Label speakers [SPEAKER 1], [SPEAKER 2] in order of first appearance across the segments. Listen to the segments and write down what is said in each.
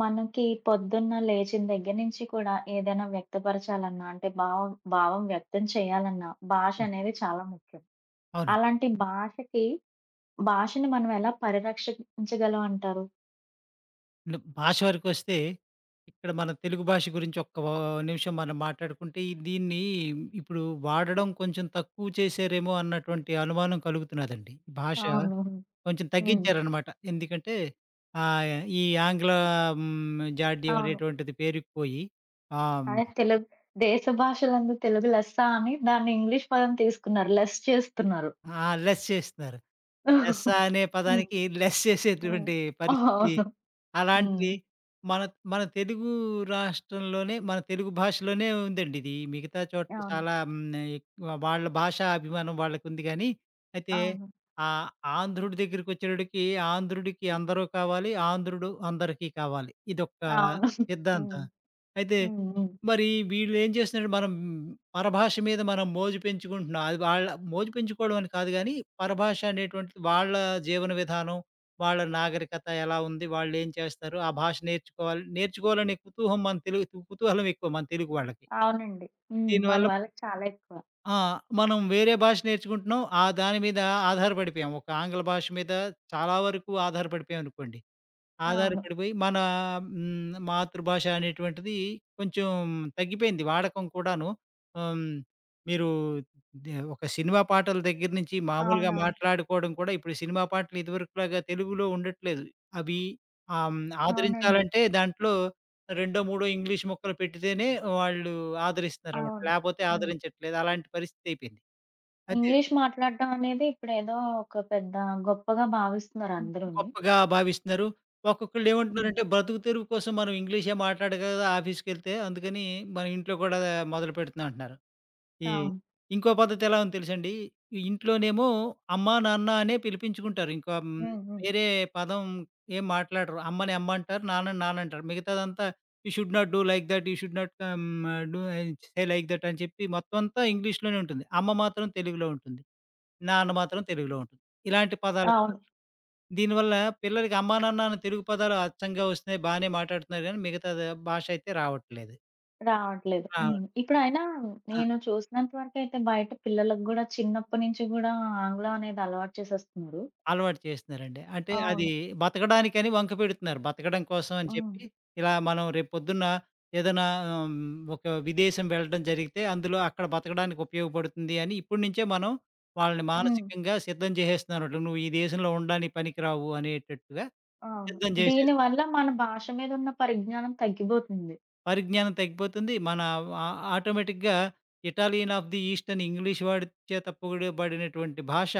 [SPEAKER 1] మనకి పొద్దున్న లేచిన దగ్గర నుంచి కూడా ఏదైనా వ్యక్తపరచాలన్నా, అంటే భావం భావం వ్యక్తం చేయాలన్నా భాష
[SPEAKER 2] ఆ!
[SPEAKER 1] అనేది చాలా ముఖ్యం.
[SPEAKER 2] అవునండి.
[SPEAKER 1] అలాంటి భాషని మనం ఎలా పరిరక్షించగలం అంటారు?
[SPEAKER 2] భాష వరకొస్తే, ఇక్కడ మన తెలుగు భాష గురించి ఓ నిమిషం మనం మాట్లాడుకుంటే, దీన్ని ఇప్పుడు వాడడం కొంచెం తక్కువ చేశారేమో అన్నటువంటి అనుమానం కలుగుతున్నదండి. భాష
[SPEAKER 1] అవును.
[SPEAKER 2] కొంచెం
[SPEAKER 1] హ్మ్.
[SPEAKER 2] తగ్గించారనమాట. ఎందుకంటే, ఆహ్, ఈ ఆంగ్ల జాడ్యం
[SPEAKER 1] అవును.
[SPEAKER 2] అనేటువంటిది పేరుకుపోయి ఆహ్
[SPEAKER 1] అదే తెలుగు దేశ భాషలందు తెలుగు లెస్స అని దాన్ని ఇంగ్లీష్ పదం తీసుకున్నారు. లెస్ చేస్తున్నారు.
[SPEAKER 2] ఆ! లెస్ చేస్తున్నారు. లెస్స అనే
[SPEAKER 1] హ్మ్.
[SPEAKER 2] పదానికి లెస్
[SPEAKER 1] హ్మ్.
[SPEAKER 2] చేసేటువంటి పరిస్థితి.
[SPEAKER 1] అవును. హ్మ్.
[SPEAKER 2] అలాంటిది మన మన తెలుగు రాష్ట్రంలోనే, మన తెలుగు భాషలోనే ఉందండి ఇది. మిగతా చోట్ల
[SPEAKER 1] అవును.
[SPEAKER 2] చాలా ఎక్కువ వాళ్ళ భాషా అభిమానం వాళ్ళకుంది గానీ, అయితే
[SPEAKER 1] అవును.
[SPEAKER 2] ఆహ్, ఆంధ్రుడి దగ్గరికొచ్చేటడికి ఆంధ్రుడికి అందరూ కావాలి, ఆంధ్రుడు అందరికీ కావాలి. ఇదొక
[SPEAKER 1] అవును. హ్మ్.
[SPEAKER 2] సిద్ధాంతం. అయితే
[SPEAKER 1] హ్మ్. హ్మ్.
[SPEAKER 2] మరి వీళ్ళేం చేస్తున్నారు మనం పరభాష మీద మనం మోజు పెంచుకుంటున్నాం. అది వాళ్ళ మోజు పెంచుకోవడం అని కాదు గానీ, పరభాష అనేటువంటిది వాళ్ళ జీవన విధానం, వాళ్ళ నాగరికత ఎలా ఉంది, వాళ్ళేం చేస్తారు, ఆ భాష నేర్చుకోవాలనే కుతూహం మన తెలుగు కుతూహలం ఎక్కువ మన తెలుగు వాళ్ళకి.
[SPEAKER 1] అవునండి. హ్మ్. మన
[SPEAKER 2] దీనివల్ల
[SPEAKER 1] వాళ్ళకి చాలా ఎక్కువ.
[SPEAKER 2] ఆ! మనం వేరే భాష నేర్చుకుంటున్నాం. ఆ దాని మీద ఆధారపడిపోయాం. ఒక ఆంగ్ల భాష మీద చాలా వరకు ఆధారపడిపోయామనుకోండి.
[SPEAKER 1] అవును.
[SPEAKER 2] ఆధారపడిపోయి మన మాతృభాష అనేటువంటిది కొంచెం తగ్గిపోయింది వాడకం కూడాను. హ్మ్, మీరు దే ఒక సినిమా పాటల దగ్గర నుంచి మామూలుగా
[SPEAKER 1] అవునవును.
[SPEAKER 2] మాట్లాడుకోవడం కూడా ఇప్పుడు సినిమా పాటలు ఇదివరకులాగా తెలుగులో ఉండట్లేదు. అవి
[SPEAKER 1] అవునండి.
[SPEAKER 2] ఆదరించాలంటే దాంట్లో రెండో, మూడో ఇంగ్లీష్ ముక్కలు పెట్టితేనే వాళ్ళు ఆదరిస్తున్నారన్నమాట.
[SPEAKER 1] అవును.
[SPEAKER 2] లేపోతే
[SPEAKER 1] హ్మ్.
[SPEAKER 2] ఆదరించట్లేదు. అలాంటి పరిస్థితి అయిపోయింది. అయితే
[SPEAKER 1] ఇంగ్లీష్ మాట్లాడడం అనేది ఇప్పుడేదో ఒక పెద్ద గొప్పగా భావిస్తున్నారు
[SPEAKER 2] హ్మ్.
[SPEAKER 1] అందరూని.
[SPEAKER 2] గొప్పగా భావిస్తున్నారు. ఒక్కొక్కళ్ళు హ్మ్.
[SPEAKER 1] హ్మ్.
[SPEAKER 2] ఏమంటున్నారంటే బ్రతుకు తెరువు కోసం మనం ఇంగ్లీషే మాట్లాడగదా ఆఫీస్‌కెళ్తే అందుకని మన ఇంట్లో కూడా మొదలుపెడుతున్నాం అంటున్నారు. ఈ
[SPEAKER 1] అవును.
[SPEAKER 2] ఇంకో పద్ధతి ఎలా ఉందో తెలుసండి. ఈ ఇంట్లోనేమో అమ్మ, నాన్న అనే పిలిపించుకుంటారు. ఇంకా
[SPEAKER 1] హ్మ్. హ్మ్. హ్మ్.
[SPEAKER 2] వేరే పదం ఏం మాట్లాడరు. అమ్మని అమ్మ అంటారు. నాన్నని నాన్న అంటారు. మిగతాదంతా you should not do like that. You should not come do say like that అని చెప్పి మొత్తం అంతా ఇంగ్లీష్‌లోనే ఉంటుంది. అమ్మ మాత్రం తెలుగులో ఉంటుంది. నాన్న మాత్రం తెలుగులో ఉంటుంది. ఇలాంటి పదాలు కూడా
[SPEAKER 1] అవును.
[SPEAKER 2] దీనివల్ల పిల్లలకి అమ్మా, నాన్న అనే తెలుగు పదాలు అచ్చంగా వస్తున్నాయి. బానే మాట్లాడుతున్నారు గానీ, మిగతా ద భాష అయితే రావట్లేదు.
[SPEAKER 1] రావట్లేదు.
[SPEAKER 2] రావట్
[SPEAKER 1] హ్మ్. ఇప్పుడైనా
[SPEAKER 2] ఆ!
[SPEAKER 1] నేను చూసినంత వరకైతే బయట పిల్లలకు గూడా చిన్నప్పటి నుంచి గూడా ఆంగ్లం అనేది అలవాటు చేసేస్తున్నారు.
[SPEAKER 2] అలవాటు చేస్తున్నారండి. అంటే అది
[SPEAKER 1] అవును.
[SPEAKER 2] బతకడానికని వంక పెడుతున్నారు. బతకడం కోసం అని
[SPEAKER 1] హ్మ్.
[SPEAKER 2] చెప్పి, ఇలా మనం రేపొద్దున్న ఏదైనా ఆహ్, ఒక విదేశం వెళ్ళడం జరిగితే, అందులో అక్కడ బతకడానికి ఉపయోగపడుతుంది అని ఇప్పటి నుంచే మనం వాళ్ళని
[SPEAKER 1] హ్మ్.
[SPEAKER 2] మానసికంగా సిద్ధం చేసేస్తున్నారన్నట్టు. నువ్వు ఈ దేశంలో ఉండడానికి పనికిరావు అనేటట్టుగా
[SPEAKER 1] అవును.
[SPEAKER 2] సిద్ధం చేసేస్తున్నాం.
[SPEAKER 1] దీనివల్ల మన భాష మీద ఉన్న పరిజ్ఞానం తగ్గిపోతుంది.
[SPEAKER 2] పరిజ్ఞానం తగ్గిపోతుంది. మన ఆ ఆటోమేటిక్‌గా ఇటాలియన్ ఆఫ్ ది ఈస్ట్ అని ఇంగ్లీష్ వాడి చేత పొగిడబడినటువంటి భాష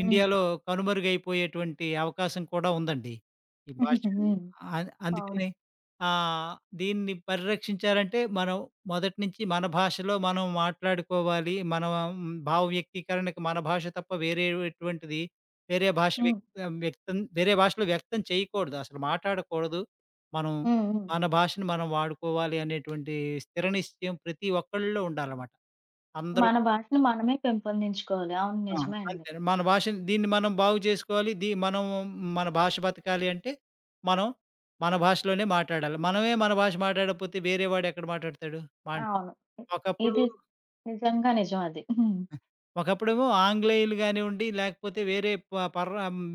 [SPEAKER 1] హ్మ్.
[SPEAKER 2] ఇండియాలో కనుమరుగైపోయేటువంటి అవకాశం కూడా ఉందండి. ఈ
[SPEAKER 1] హ్మ్.
[SPEAKER 2] భాష
[SPEAKER 1] అవును.
[SPEAKER 2] అందుకని ఆహ్, దీన్ని పరిరక్షించాలంటే మనం మొదటి నుంచి మన భాషలో మనం మాట్లాడుకోవాలి. మన భావ వ్యక్తీకరణకి మన భాష తప్ప వేరేటువంటిది వేరే భాష
[SPEAKER 1] హ్మ్.
[SPEAKER 2] వ్యక్ వేరే భాషలో వ్యక్తం చేయకూడదు. అసలు మాట్లాడకూడదు. మనం
[SPEAKER 1] హ్మ్. హ్మ్.
[SPEAKER 2] మన భాషను మనం వాడుకోవాలి అనేటువంటి స్థిర నిశ్చయం ప్రతి ఒక్కళ్ళలో ఉండాలన్నమాట. అందరూ
[SPEAKER 1] మన భాషను మనమే పెంపొందించుకోవాలి. అవును.
[SPEAKER 2] ఆ!
[SPEAKER 1] నిజమే అండి.
[SPEAKER 2] అంతేనండి. మన భాషని దీన్ని మనం బాగు చేసుకోవాలి. మనం మన భాష బతకాలి అంటే, మనం మన భాషలోనే మాట్లాడాలి. మనమే మన భాష మాట్లాడకపోతే వేరే వాడు ఎక్కడ మాట్లాడతాడు? మాన్
[SPEAKER 1] అవును.
[SPEAKER 2] ఒకప్పుడు
[SPEAKER 1] ఇది నిజంగా నిజం అది. హ్మ్.
[SPEAKER 2] ఒకప్పుడేమో ఆంగ్లేయులు గానివ్వండి, లేకపోతే వేరే ప పర్ర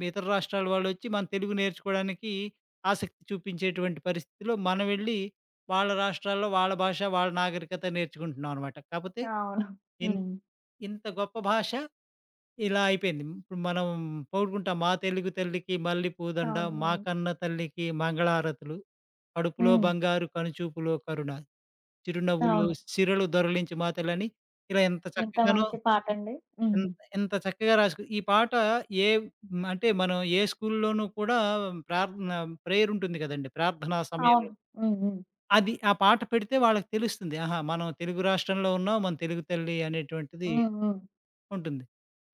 [SPEAKER 2] ఇతర రాష్ట్రాల వాళ్ళొచ్చి మన తెలుగు నేర్చుకోవడానికి ఆసక్తి చూపించేటువంటి పరిస్థితిలో మనం వెళ్ళి వాళ్ళ రాష్ట్రాల్లో వాళ్ళ భాష, వాళ్ళ నాగరికత నేర్చుకుంటున్నాం అనమాట. కాపోతే
[SPEAKER 1] అవును.
[SPEAKER 2] ఇన్
[SPEAKER 1] హ్మ్.
[SPEAKER 2] ఇంత గొప్ప భాష ఇలా అయిపోయింది. ఇప్పుడు మనం పొగుడుకుంటాం. మా తెలుగు తల్లికి మల్లెపూదండ, మా
[SPEAKER 1] అవునవును.
[SPEAKER 2] కన్న తల్లికి మంగళహారతులు, కడుపులో
[SPEAKER 1] హ్మ్.
[SPEAKER 2] బంగారు కనుచూపులో కరుణ, చిరునవ్వులు
[SPEAKER 1] అవును.
[SPEAKER 2] సిరలు దొరలించు మా తల్లని ఇలా ఎంత
[SPEAKER 1] ఎంత
[SPEAKER 2] చక్కగానో
[SPEAKER 1] మంచి పాటండి.
[SPEAKER 2] ఎన్
[SPEAKER 1] హ్మ్.
[SPEAKER 2] ఎంత చక్కగా రాసుకు ఈ పాట ఏ అంటే మనం ఏ స్కూల్లోనూ కూడా ప్రార్థన ప్రేయర్ ఉంటుంది కదండీ! ప్రార్థనా
[SPEAKER 1] అవును.
[SPEAKER 2] సమయంలో.
[SPEAKER 1] హ్మ్. హ్మ్.
[SPEAKER 2] అది ఆ పాట పెడితే వాళ్ళకి తెలుస్తుంది. ఆహా! మనం తెలుగు రాష్ట్రంలో ఉన్నాం. మన తెలుగు తల్లి అనేటువంటిది
[SPEAKER 1] హ్మ్. హ్మ్.
[SPEAKER 2] ఉంటుంది.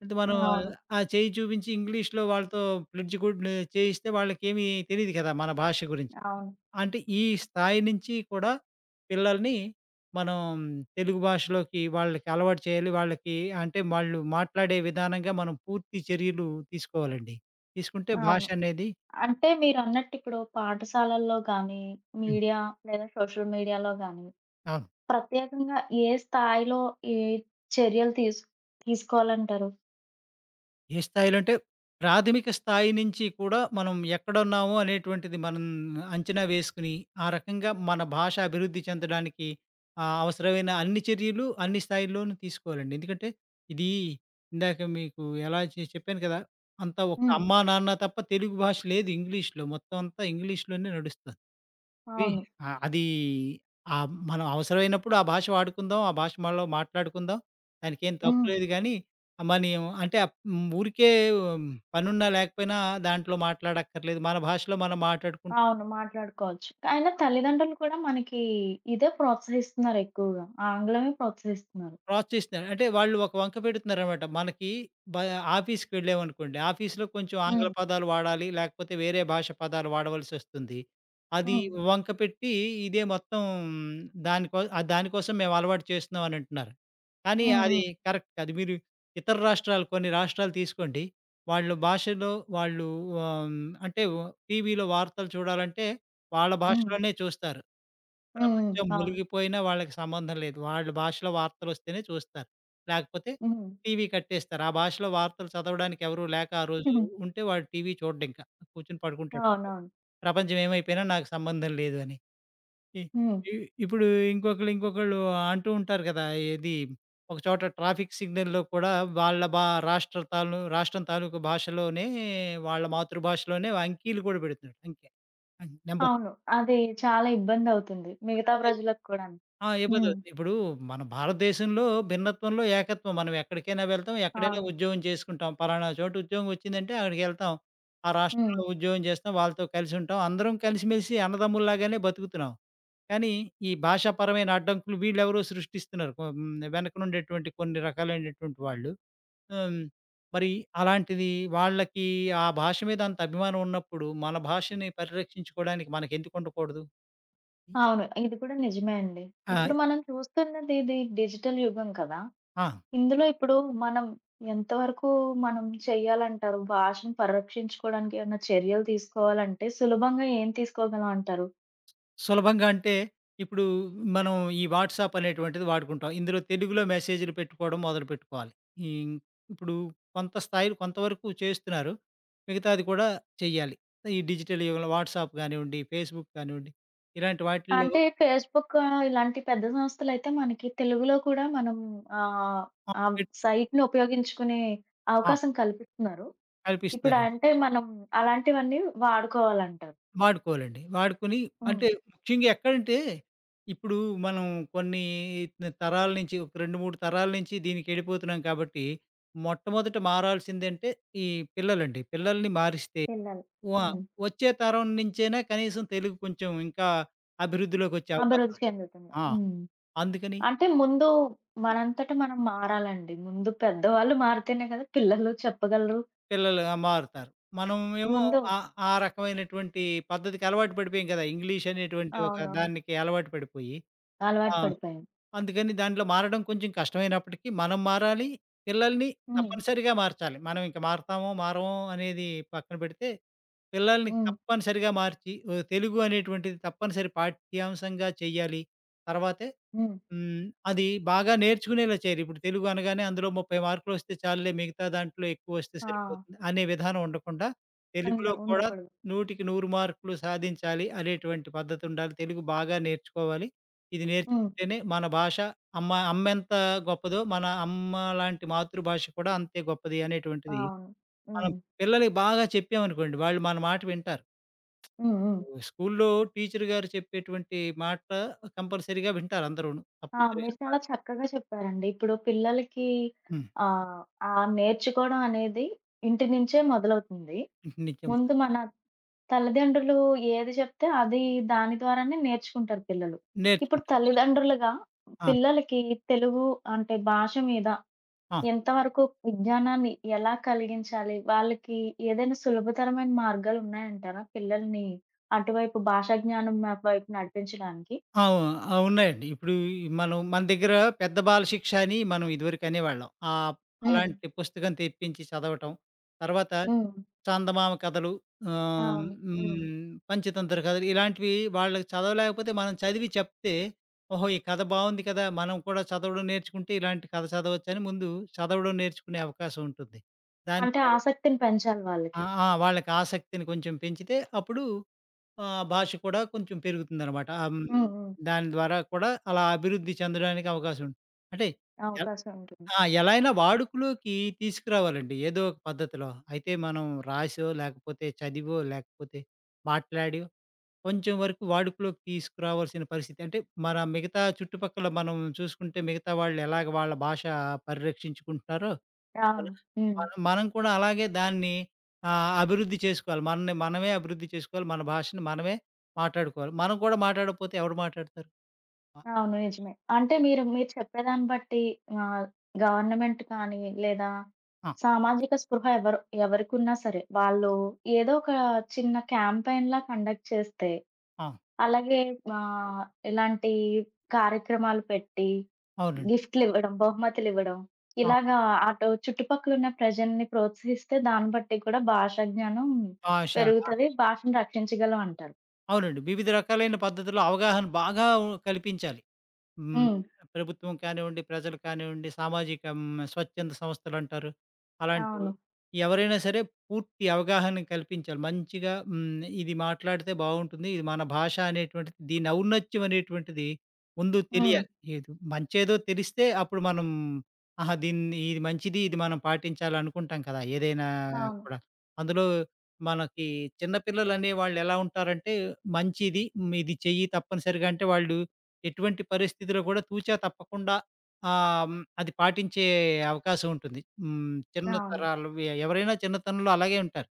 [SPEAKER 2] అయితే మనం అవును.
[SPEAKER 1] అవును.
[SPEAKER 2] ఆ చేయి చూపించి ఇంగ్లీష్‌లో వాళ్ళతో ప్లెడ్జ్ కూడా చేయిస్తే వాళ్ళకేమి తెలీదు కదా! మన భాష గురించి.
[SPEAKER 1] అవును.
[SPEAKER 2] అంటే ఈ స్థాయి నుంచి కూడా పిల్లల్ని మనం తెలుగు భాషలోకి వాళ్ళకి అలవాటు చేయాలి. వాళ్ళకి అంటే వాళ్ళు మాట్లాడే విధానంగా మనం పూర్తి చర్యలు తీసుకోవాలండి. తీసుకుంటే భాష
[SPEAKER 1] అవును.
[SPEAKER 2] అనేది
[SPEAKER 1] అంటే మీరన్నట్టు ఇప్పుడు పాఠశాలల్లో గానీ,
[SPEAKER 2] హ్మ్.
[SPEAKER 1] మీడియా లేదా సోషల్ మీడియాలో గానీ,
[SPEAKER 2] అవును.
[SPEAKER 1] ప్రత్యేకంగా ఏ స్థాయిలో ఏ చర్యలు తీసుకోవాలంటారు?
[SPEAKER 2] ఏ స్థాయిలో అంటే, ప్రాథమిక స్థాయి నుంచి కూడా మనం ఎక్కడున్నాము అనేటువంటిది మనం అంచనా వేసుకొని, ఆ రకంగా మన భాష అభివృద్ధి చెందడానికి అవసరమైన అన్ని చర్యలు అన్ని స్థాయిల్లోనూ తీసుకోవాలండి. ఎందుకంటే, ఇది ఇందాక మీకు ఎలా చె చెప్పాను కదా! అంతా ఒక
[SPEAKER 1] హ్మ్.
[SPEAKER 2] అమ్మా, నాన్న తప్ప తెలుగు భాష లేదు ఇంగ్లీష్‌లో. మొత్తం అంతా ఇంగ్లీష్‌లోనే నడుస్తుంది. వి
[SPEAKER 1] అవును.
[SPEAKER 2] ఆ! అది మనం అవసరమైనప్పుడు ఆ భాష వాడుకుందాం. ఆ భాష మనలో మాట్లాడుకుందాం. దానికేం తప్పు
[SPEAKER 1] హ్మ్.
[SPEAKER 2] లేదు గానీ, మనం అంటే ఊరికే ఉమ్, పనున్నా లేకపోయినా దాంట్లో మాట్లాడక్కర్లేదు. మన భాషలో మనం మాట్లాడుకుంటే
[SPEAKER 1] అవును. మాట్లాడుకోవచ్చు. అయినా తల్లిదండ్రులు కూడా మనకి ఇదే ప్రోత్సహిస్తున్నారు ఎక్కువగా. ఆంగ్లమే ప్రోత్సహిస్తున్నారు.
[SPEAKER 2] క్రాస్ చేస్తున్నారు. అంటే వాళ్ళు ఒక వంక పెడుతున్నారనమాట. మనకి బ ఆఫీస్‌కి వెళ్ళామనుకోండి, ఆఫీస్‌లో కొంచెం ఆంగ్ల
[SPEAKER 1] హ్మ్.
[SPEAKER 2] పదాలు వాడాలి, లేకపోతే వేరే భాష పదాలు వాడవలసొస్తుంది. అది
[SPEAKER 1] హ్మ్.
[SPEAKER 2] వంక పెట్టి ఇదే మొత్తం దానికోసం మేము అలవాటు చేస్తున్నాం అని అంటున్నారు. కానీ
[SPEAKER 1] హ్మ్.
[SPEAKER 2] అది
[SPEAKER 1] హ్మ్.
[SPEAKER 2] కరెక్ట్ కాదు. మీరు ఇతర రాష్ట్రాలు కొన్ని రాష్ట్రాలు తీసుకోండి. వాళ్ళు భాషలో వాళ్ళు ఆహ్, అంటే టీవీలో వార్తలు చూడాలంటే వాళ్ళ
[SPEAKER 1] హ్మ్.
[SPEAKER 2] భాషలోనే చూస్తారు.
[SPEAKER 1] హ్మ్.
[SPEAKER 2] ప్రపంచం
[SPEAKER 1] అవును.
[SPEAKER 2] మునిగిపోయినా వాళ్ళకి సంబంధం లేదు. వాళ్ళ భాషలో వార్తలొస్తేనే చూస్తారు. లేకపోతే
[SPEAKER 1] హ్మ్.
[SPEAKER 2] టీవీ కట్టేస్తారు. ఆ భాషలో వార్తలు చదవడానికి ఎవరు లేక ఆ రోజు
[SPEAKER 1] హ్మ్.
[SPEAKER 2] ఉంటే వాడు టీవీ చూడ్డింక. కూర్చొని పడుకుంటాడు.
[SPEAKER 1] అవునవును.
[SPEAKER 2] ప్రపంచం ఏమైపోయినా నాకు సంబంధం లేదు అని. ఇ
[SPEAKER 1] హ్మ్.
[SPEAKER 2] ఇ ఇప్పుడు ఇంకొకళ్ళు, ఇంకొకళ్ళు అంటూ ఉంటారు కదా! ఏది ఒక చోట ట్రాఫిక్ సిగ్నల్‌లో కూడా వాళ్ళ బా రాష్ట్రం తాలూకు భాషలోనే వాళ్ళ మాతృభాషలోనే అంకీలు కూడా పెడుతున్నారు. అంకె. నంబర్స్.
[SPEAKER 1] అవును. అది చాలా ఇబ్బందవుతుంది. మిగతా ప్రజలకు కూడాను.
[SPEAKER 2] ఆ! ఇవ్వదు.
[SPEAKER 1] హ్మ్.
[SPEAKER 2] ఇప్పుడు మన భారతదేశంలో భిన్నత్వంలో ఏకత్వం. మనం ఎక్కడికైనా వెళ్తాం. ఎక్కడైనా
[SPEAKER 1] అవును.
[SPEAKER 2] ఉద్యోగం చేసుకుంటాం. పలానా చోట ఉద్యోగం వచ్చిందంటే అక్కడికెళ్తాం. ఆ
[SPEAKER 1] హ్మ్.
[SPEAKER 2] రాష్ట్రంలో ఉద్యోగం చేస్తాం. వాళ్ళతో కలిసి ఉంటాం. అందరం కలిసిమెలిసి అన్నదమ్ముల్లాగానే బతుకుతున్నాం. కానీ ఈ భాషాపరమైన అడ్డంకులు వీళ్ళెవరో సృష్టిస్తున్నారు. వెనకనుండేటువంటి కొన్ని రకాలైనటువంటి వాళ్ళు. హ్మ్. మరి అలాంటిది వాళ్ళకి ఆ భాష మీద అంత అభిమానం ఉన్నప్పుడు మన భాషని పరిరక్షించుకోవడానికి మనకెందుకుండకూడదు? ఆహ్,
[SPEAKER 1] అవును. ఇది కూడా నిజమే అండి.
[SPEAKER 2] ఆ!
[SPEAKER 1] ఇప్పుడు మనం చూస్తున్నది ఇది డిజిటల్ యుగం కదా!
[SPEAKER 2] ఆ,
[SPEAKER 1] ఇందులో ఇప్పుడు మనం ఎంతవరకు మనం చెయ్యాలంటారు? భాషను పరిరక్షించుకోవడానికి ఏమన్నా చర్యలు తీసుకోవాలంటే సులభంగా ఏం తీసుకోగలం అంటారు?
[SPEAKER 2] సులభంగా అంటే, ఇప్పుడు మనం ఈ వాట్సాప్ అనేటువంటిది వాడుకుంటాం. ఇందులో తెలుగులో మెసేజ్‌లు పెట్టుకోవడం మొదలుపెట్టుకోవాలి. ఈ ఇప్పుడు కొంత స్థాయిలో కొంతవరకు చేస్తున్నారు. మిగతాది కూడా చెయ్యాలి. ఈ డిజిటల్ యుగంలో వాట్సాప్ గానివ్వండి, ఫేస్‌బుక్ కానివ్వండి, ఇలాంటి వాటిల్లో
[SPEAKER 1] అంటే ఫేస్‌బుక్ ఇలాంటి పెద్ద సంస్థలైతే మనకి తెలుగులో కూడా మనం ఆహ్,
[SPEAKER 2] ఆ!
[SPEAKER 1] ఆ
[SPEAKER 2] పెట్
[SPEAKER 1] సైట్‌ని ఉపయోగించుకునే
[SPEAKER 2] ఆ!
[SPEAKER 1] అవకాశం కల్పిస్తున్నారు. ఇప్పుడు
[SPEAKER 2] కల్పిస్తున్నారు.
[SPEAKER 1] అంటే మనం అలాంటివన్నీ వాడుకోవాలంటారు.
[SPEAKER 2] వాడుకోవాలండి. వాడుకొని
[SPEAKER 1] హ్మ్.
[SPEAKER 2] అంటే ముఖ్యంగా ఎక్కడంటే, ఇప్పుడు మనం కొన్ని తరాల నుంచి ఒక 2, 3 తరాల నుంచి దీనికెళ్ళిపోతున్నాం కాబట్టి, మొట్టమొదట మారాల్సిందంటే ఈ పిల్లలండి. పిల్లల్ని మారిస్తే
[SPEAKER 1] పిల్లలు.
[SPEAKER 2] వ
[SPEAKER 1] హ్మ్.
[SPEAKER 2] వచ్చే తరం నుంచైనా కనీసం తెలుగు కొంచెం ఇంకా అభివృద్ధిలోకొచ్చే అవకాశం
[SPEAKER 1] అభివృద్ధి
[SPEAKER 2] ఉంది.
[SPEAKER 1] చెందుతుంది.
[SPEAKER 2] ఆ!
[SPEAKER 1] హ్మ్.
[SPEAKER 2] అందుకని
[SPEAKER 1] అంటే ముందు మనంతట మనం మారాలండి. ముందు పెద్దవాళ్ళు మారితేనే కదా పిల్లలు చెప్పగలరు.
[SPEAKER 2] పిల్లలు మారుతారు. మనం ఏమో
[SPEAKER 1] ముందు
[SPEAKER 2] ఆ రకమైనటువంటి పద్ధతికి అలవాటు పడిపోయాం కదా! ఇంగ్లీష్ అనేటువంటి ఒక
[SPEAKER 1] అవునవును.
[SPEAKER 2] దానికి అలవాటు పడిపోయి ఆ!
[SPEAKER 1] అలవాటు పడిపోయాం.
[SPEAKER 2] అందుకని దాంట్లో మారడం కొంచెం కష్టమైనప్పటికీ మనం మారాలి. పిల్లల్ని
[SPEAKER 1] హ్మ్.
[SPEAKER 2] తప్పనిసరిగా మార్చాలి. మనం ఇంక మారతామో, మారమో అనేది పక్కన పెడితే, పిల్లల్ని
[SPEAKER 1] హ్మ్.
[SPEAKER 2] తప్పనిసరిగా మార్చి, తెలుగు అనేటువంటిది తప్పనిసరి పాఠ్యాంశంగా చేయాలి. తర్వాతే
[SPEAKER 1] హ్మ్.
[SPEAKER 2] హ్మ్. అది బాగా నేర్చుకునేలా చేయాలి. ఇప్పుడు తెలుగు అనగానే అందులో 30 మార్కులొస్తే చాలులే మిగతా దాంట్లో ఎక్కువొస్తే
[SPEAKER 1] ఆ!
[SPEAKER 2] సరిపోతుంది అనే విధానం ఉండకుండా, తెలుగులో కూడా
[SPEAKER 1] ఉండకూడదు.
[SPEAKER 2] 100కి 100 మార్కులు సాధించాలి అనేటువంటి పద్ధతి ఉండాలి. తెలుగు బాగా నేర్చుకోవాలి. ఇది
[SPEAKER 1] హ్మ్.
[SPEAKER 2] నేర్చుకుంటేనే మన భాష అమ్మెంత గొప్పదో, మన అమ్మ లాంటి మాతృభాష కూడా అంతే గొప్పది అనేటువంటిది
[SPEAKER 1] అవును.
[SPEAKER 2] మనం
[SPEAKER 1] హ్మ్.
[SPEAKER 2] పిల్లలకి బాగా చెప్పామనుకోండి, వాళ్ళు మన మాట వింటారు.
[SPEAKER 1] హ్మ్. హ్మ్.
[SPEAKER 2] స్కూల్లో టీచర్ గారు చెప్పేటువంటి మాట కంపల్సరీగా వింటారు అందరూను.
[SPEAKER 1] ఆ! మీరు
[SPEAKER 2] తప్పనిసరిగా.
[SPEAKER 1] చాలా చక్కగా చెప్పారండి. ఇప్పుడు పిల్లలకి
[SPEAKER 2] హ్మ్.
[SPEAKER 1] ఆహ్, ఆ నేర్చుకోవడం అనేది ఇంటి నుంచే మొదలవుతుంది.
[SPEAKER 2] నిజం.
[SPEAKER 1] ముందు మన తల్లిదండ్రులు ఏది చెప్తే అది దాని ద్వారానే నేర్చుకుంటారు పిల్లలు. ఇప్పుడు
[SPEAKER 2] నేర్చుకుంటారు.
[SPEAKER 1] తల్లిదండ్రులుగా
[SPEAKER 2] ఆ!
[SPEAKER 1] పిల్లలకి తెలుగు అంటే భాష మీద
[SPEAKER 2] ఆ!
[SPEAKER 1] ఎంతవరకు విజ్ఞానాన్ని ఎలా కలిగించాలి? వాళ్ళకి ఏదైనా సులభతరమైన మార్గాలున్నాయంటారా? పిల్లల్ని అటువైపు భాషా జ్ఞానం వైపు నడిపించడానికి?
[SPEAKER 2] అవు ఆ! ఉన్నాయండి. ఇప్పుడు మనం మన దగ్గర పెద్ద బాలశిక్ష అని మనం ఇదివరకు అనేవాళ్ళం.
[SPEAKER 1] హ్మ్.
[SPEAKER 2] అలాంటి పుస్తకం తెప్పించి చదవటం. తర్వాత
[SPEAKER 1] హ్మ్.
[SPEAKER 2] చందమామ కథలు ఆహ్,
[SPEAKER 1] అవును. హ్మ్.
[SPEAKER 2] హ్మ్, పంచతంత్ర కథలు ఇలాంటివి వాళ్ళకి చదవలేకపోతే మనం చదివి చెప్తే, ఓహో! ఈ కథ బావుంది కదా! మనం కూడా చదవడం నేర్చుకుంటే ఇలాంటి కథ చదవచ్చని ముందు చదవడం నేర్చుకునే అవకాశం ఉంటుంది. దాని
[SPEAKER 1] అంటే
[SPEAKER 2] ద్వారా
[SPEAKER 1] ఆసక్తిని పెంచాలి వాళ్ళకి.
[SPEAKER 2] ఆ! ఆ! వాళ్ళకి ఆసక్తిని కొంచెం పెంచితే అప్పుడు ఆ! భాష కూడా కొంచెం పెరుగుతుందనమాట. హ్మ్.
[SPEAKER 1] హ్మ్.
[SPEAKER 2] హ్మ్.
[SPEAKER 1] హ్మ్.
[SPEAKER 2] దాని ద్వారా కూడా అలా అభివృద్ధి చెందడానికి అవకాశం ఉంటుంది. అంటే ఎల్
[SPEAKER 1] అవకాశం ఉంటుంది.
[SPEAKER 2] ఆ! ఎలా అయినా వాడుకలోకి తీసుకురావాలండి ఏదో ఒక పద్ధతిలో. అయితే మనం రాసో, లేకపోతే చదివో, లేకపోతే మాట్లాడో కొంచెం వరకు వాడుకలోకి తీసుకురావాల్సిన పరిస్థితి. అంటే మన మిగతా చుట్టుపక్కల మనం చూసుకుంటే మిగతా వాళ్ళు ఎలాగ వాళ్ళ భాష పరిరక్షించుకుంటున్నారో మన
[SPEAKER 1] అవును. హ్మ్.
[SPEAKER 2] మన మనం కూడా అలాగే దాన్ని అభివృద్ధి చేసుకోవాలి. మనని మనమే అభివృద్ధి చేసుకోవాలి. మన భాషని మనమే మాట్లాడుకోవాలి. మనం కూడా మాట్లాడకపోతే ఎవరు మాట్లాడతారు? ఆ!
[SPEAKER 1] అవును. నిజమే. అంటే
[SPEAKER 2] ఈ ఈ
[SPEAKER 1] మీరు చెప్పేదాన్ని బట్టి ఆహ్, గవర్నమెంట్ కానీ, లేదా
[SPEAKER 2] ఆ!
[SPEAKER 1] సామాజిక స్పృహ ఎవరికున్నా సరే, వాళ్ళు ఏదో ఒక చిన్న క్యాంపెయిన్‌లా కండక్ట్ చేస్తే,
[SPEAKER 2] ఆ!
[SPEAKER 1] అలాగే ఆహ్, ఇలాంటి కార్యక్రమాలు పెట్టి,
[SPEAKER 2] అవునండి.
[SPEAKER 1] గిఫ్ట్‌లివ్వడం, బహుమతులివ్వడం,
[SPEAKER 2] ఆ!
[SPEAKER 1] ఇలాగా అటు చుట్టుపక్కలున్న ప్రజల్ని ప్రోత్సహిస్తే, దాన్ని బట్టి కూడా భాష జ్ఞానం
[SPEAKER 2] భాష
[SPEAKER 1] పెరుగుతది. భాషను రక్షించగలం అంటారు.
[SPEAKER 2] అవునండి. వివిధ రకాలైన పద్ధతుల్లో అవగాహన బాగా కల్పించాలి. హ్మ్.
[SPEAKER 1] హ్మ్.
[SPEAKER 2] ప్రభుత్వం కానివ్వండి, ప్రజలు కానివ్వండి, సామాజిక స్వచ్ఛంద సంస్థలంటారు. అలాంటివి.
[SPEAKER 1] అవును.
[SPEAKER 2] ఎవరైనా సరే పూర్తి అవగాహన కల్పించాలి. మంచిగా ఇది మాట్లాడితే బావుంటుంది. ఇది మన భాష అనేటువంటిది దీని ఔన్నత్యం అనేటువంటిది ముందు
[SPEAKER 1] హ్మ్.
[SPEAKER 2] తెలియాలి. ఏదో మంచేదో తెలిస్తే అప్పుడు మనం ఆహా! దీన్ని ఇది మంచిది, ఇది మనం పాటించాలనుకుంటాం కదా! ఏదైనా
[SPEAKER 1] అవును.
[SPEAKER 2] కూడా. అందులో మనకి చిన్న పిల్లలనే వాళ్ళెలా ఉంటారంటే మంచిది, ఇది చెయ్యి తప్పనిసరిగా అంటే వాళ్ళు ఎటువంటి పరిస్థితిలో కూడా తూచా తప్పకుండా అది పాటించే అవకాశం ఉంటుంది. హ్మ్. చిన్న
[SPEAKER 1] అవును.
[SPEAKER 2] తరాలు ఎవరైనా చిన్నతనంలో అలాగే ఉంటారు.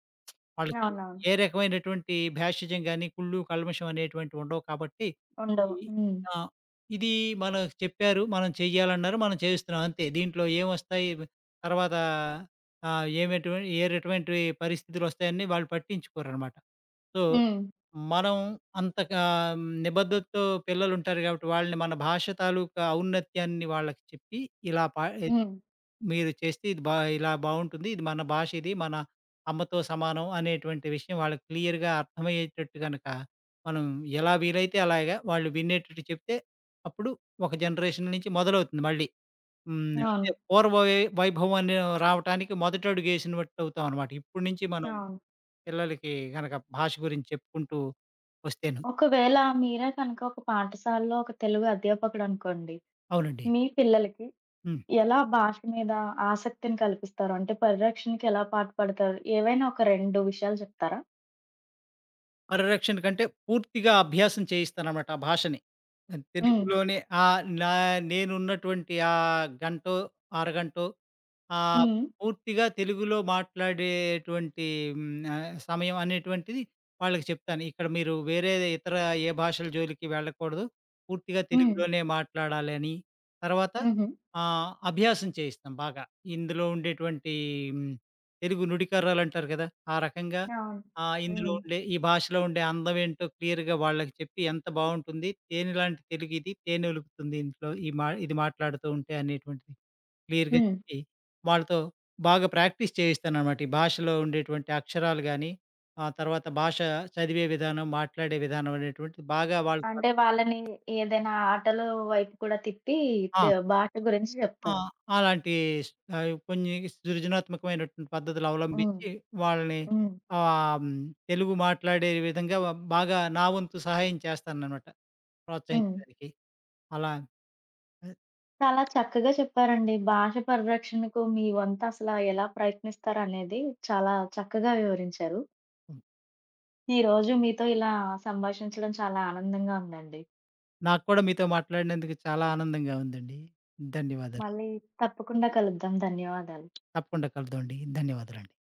[SPEAKER 2] వాళ్ళకి
[SPEAKER 1] అవునవును.
[SPEAKER 2] ఏ రకమైనటువంటి భేషజం గాని, కుళ్ళు, కల్మషం అనేటువంటివి ఉండవు కాబట్టి
[SPEAKER 1] ఉండవు.
[SPEAKER 2] ఇది
[SPEAKER 1] హ్మ్.
[SPEAKER 2] ఆ! ఇది మనకు చెప్పారు. మనం చెయ్యాలన్నారు. మనం చేస్తున్నాం అంతే. దీంట్లో ఏమొస్తాయి తర్వాత ఏమేటువంటి ఏ రకమైనటువంటి పరిస్థితులొస్తాయని వాళ్ళు పట్టించుకోరనమాట. సో
[SPEAKER 1] హ్మ్.
[SPEAKER 2] మనం అంతగా నిబద్ధతతో పిల్లలుంటారు గాబట్టి, వాళ్ళని మన భాష తాలూకా ఔన్నత్యాన్ని వాళ్ళకి చెప్పి, ఇలా పా ఎ
[SPEAKER 1] హ్మ్.
[SPEAKER 2] మీరు చేస్తే ఇది ఇలా బావుంటుంది. ఇది మన భాష ఇది. మన అమ్మతో సమానం అనేటువంటి విషయం వాళ్ళకి క్లియర్‌గా అర్థమయ్యేటట్టు గనక, మనం ఎలా వీలైతే అలాగా వాళ్ళు వినేటట్టు చెప్తే, అప్పుడు ఒక జనరేషన్ నుంచి మొదలవుతుంది మళ్ళీ. హ్మ్. అంటే
[SPEAKER 1] అవును.
[SPEAKER 2] పూర్వ వైభవం అనే రావటానికి మొదటడుగేసినట్టవుతామనమాట. ఇప్పడు నుంచి మనం
[SPEAKER 1] అవును.
[SPEAKER 2] పిల్లలకి గనక భాష గురించి చెప్పుకుంటూ వస్తేను.
[SPEAKER 1] ఒకవేళ మీరే కనుక ఒక పాఠశాలలో ఒక తెలుగు అధ్యాపకుడనుకోండి.
[SPEAKER 2] అవునండి.
[SPEAKER 1] మీ పిల్లలకి
[SPEAKER 2] హ్మ్.
[SPEAKER 1] ఎలా భాష మీద ఆసక్తిని కల్పిస్తారు? అంటే పరిరక్షణకి ఎలా పాటుపడతారు? ఏవైనా ఒక 2 విషయాలు చెప్తారా?
[SPEAKER 2] పరిరక్షణ కంటే పూర్తిగా అభ్యాసం చేయిస్తాననమాట ఆ భాషని.
[SPEAKER 1] హ్మ్.
[SPEAKER 2] తెలుగులోనే ఆహ్, నా నేనున్నటువంటి ఆ గంటో, అరగంటో ఆహ్,
[SPEAKER 1] హ్మ్.
[SPEAKER 2] పూర్తిగా తెలుగులో మాట్లాడేటువంటి సమయం అనేటువంటిది వాళ్ళకి చెప్తాను. ఇక్కడ మీరు వేరే ఇతర ఏ భాషల జోలికి వెళ్ళకూడదు. పూర్తిగా
[SPEAKER 1] హ్మ్.
[SPEAKER 2] తెలుగులోనే మాట్లాడాలి అని. తర్వాత
[SPEAKER 1] హుహు.
[SPEAKER 2] అభ్యాసం చేయిస్తాం బాగా. ఇందులో ఉండేటువంటి హ్మ్. తెలుగు నుడికర్రలు అంటారు కదా! ఆ రకంగా
[SPEAKER 1] అవును.
[SPEAKER 2] ఇందులో
[SPEAKER 1] హ్మ్.
[SPEAKER 2] ఉండే ఈ భాషలో ఉండే అందం ఏంటో క్లియర్‌గా వాళ్ళకి చెప్పి ఎంత బావుంటుంది. తేనెలాంటి తెలుగిది తేనె ఒలుకుతుంది ఇంట్లో ఈ మా ఇది మాట్లాడుతూ ఉంటే అనేటువంటిది. క్లియర్‌గా
[SPEAKER 1] హ్మ్.
[SPEAKER 2] చెప్పి, వాళ్ళతో బాగా ప్రాక్టీస్ చేయిస్తాననమాట. ఈ భాషలో ఉండేటువంటి అక్షరాలు గాని, ఆ తర్వాత భాష చదివే విధానం, మాట్లాడే విధానం అనేటువంటిది బాగా వాళ్ళతో
[SPEAKER 1] అంటే వాళ్ళని ఏదైనా ఆటలు వైపు కూడా తిప్పి
[SPEAKER 2] ఆ!
[SPEAKER 1] భాష గురించి
[SPEAKER 2] ఆ!
[SPEAKER 1] చెప్తారు.
[SPEAKER 2] అలాంటి స్ కొన్ని సృజనాత్మకమైనటువంటి పద్ధతులు
[SPEAKER 1] హ్మ్.
[SPEAKER 2] అవలంబించి, వాళ్ళని
[SPEAKER 1] హ్మ్.
[SPEAKER 2] ఆహ్, హ్మ్, తెలుగు మాట్లాడే విధంగా బాగా నా వంతు సహాయం చేస్తాననమాట
[SPEAKER 1] హ్మ్.
[SPEAKER 2] ప్రోత్సహించడానికి. అలా ఆహ్,
[SPEAKER 1] చాలా చక్కగా చెప్పారండి. భాష పరిరక్షణకు మీ వంతు అసల ఎలా ప్రయత్నిస్తారనేది చాలా చక్కగా వివరించారు.
[SPEAKER 2] హ్మ్,
[SPEAKER 1] ఈరోజు మీతో ఇలా సంభాషించడం చాలా ఆనందంగా ఉందండి.
[SPEAKER 2] నాకు కూడా మీతో మాట్లాడినందుకు చాలా ఆనందంగా ఉందండి. ధన్యవాదాలు.
[SPEAKER 1] మళ్ళీ తప్పకుండా కలుద్దాం. ధన్యవాదాలు.
[SPEAKER 2] తప్పకుండా కలుద్దామండి. ధన్యవాదాలండి.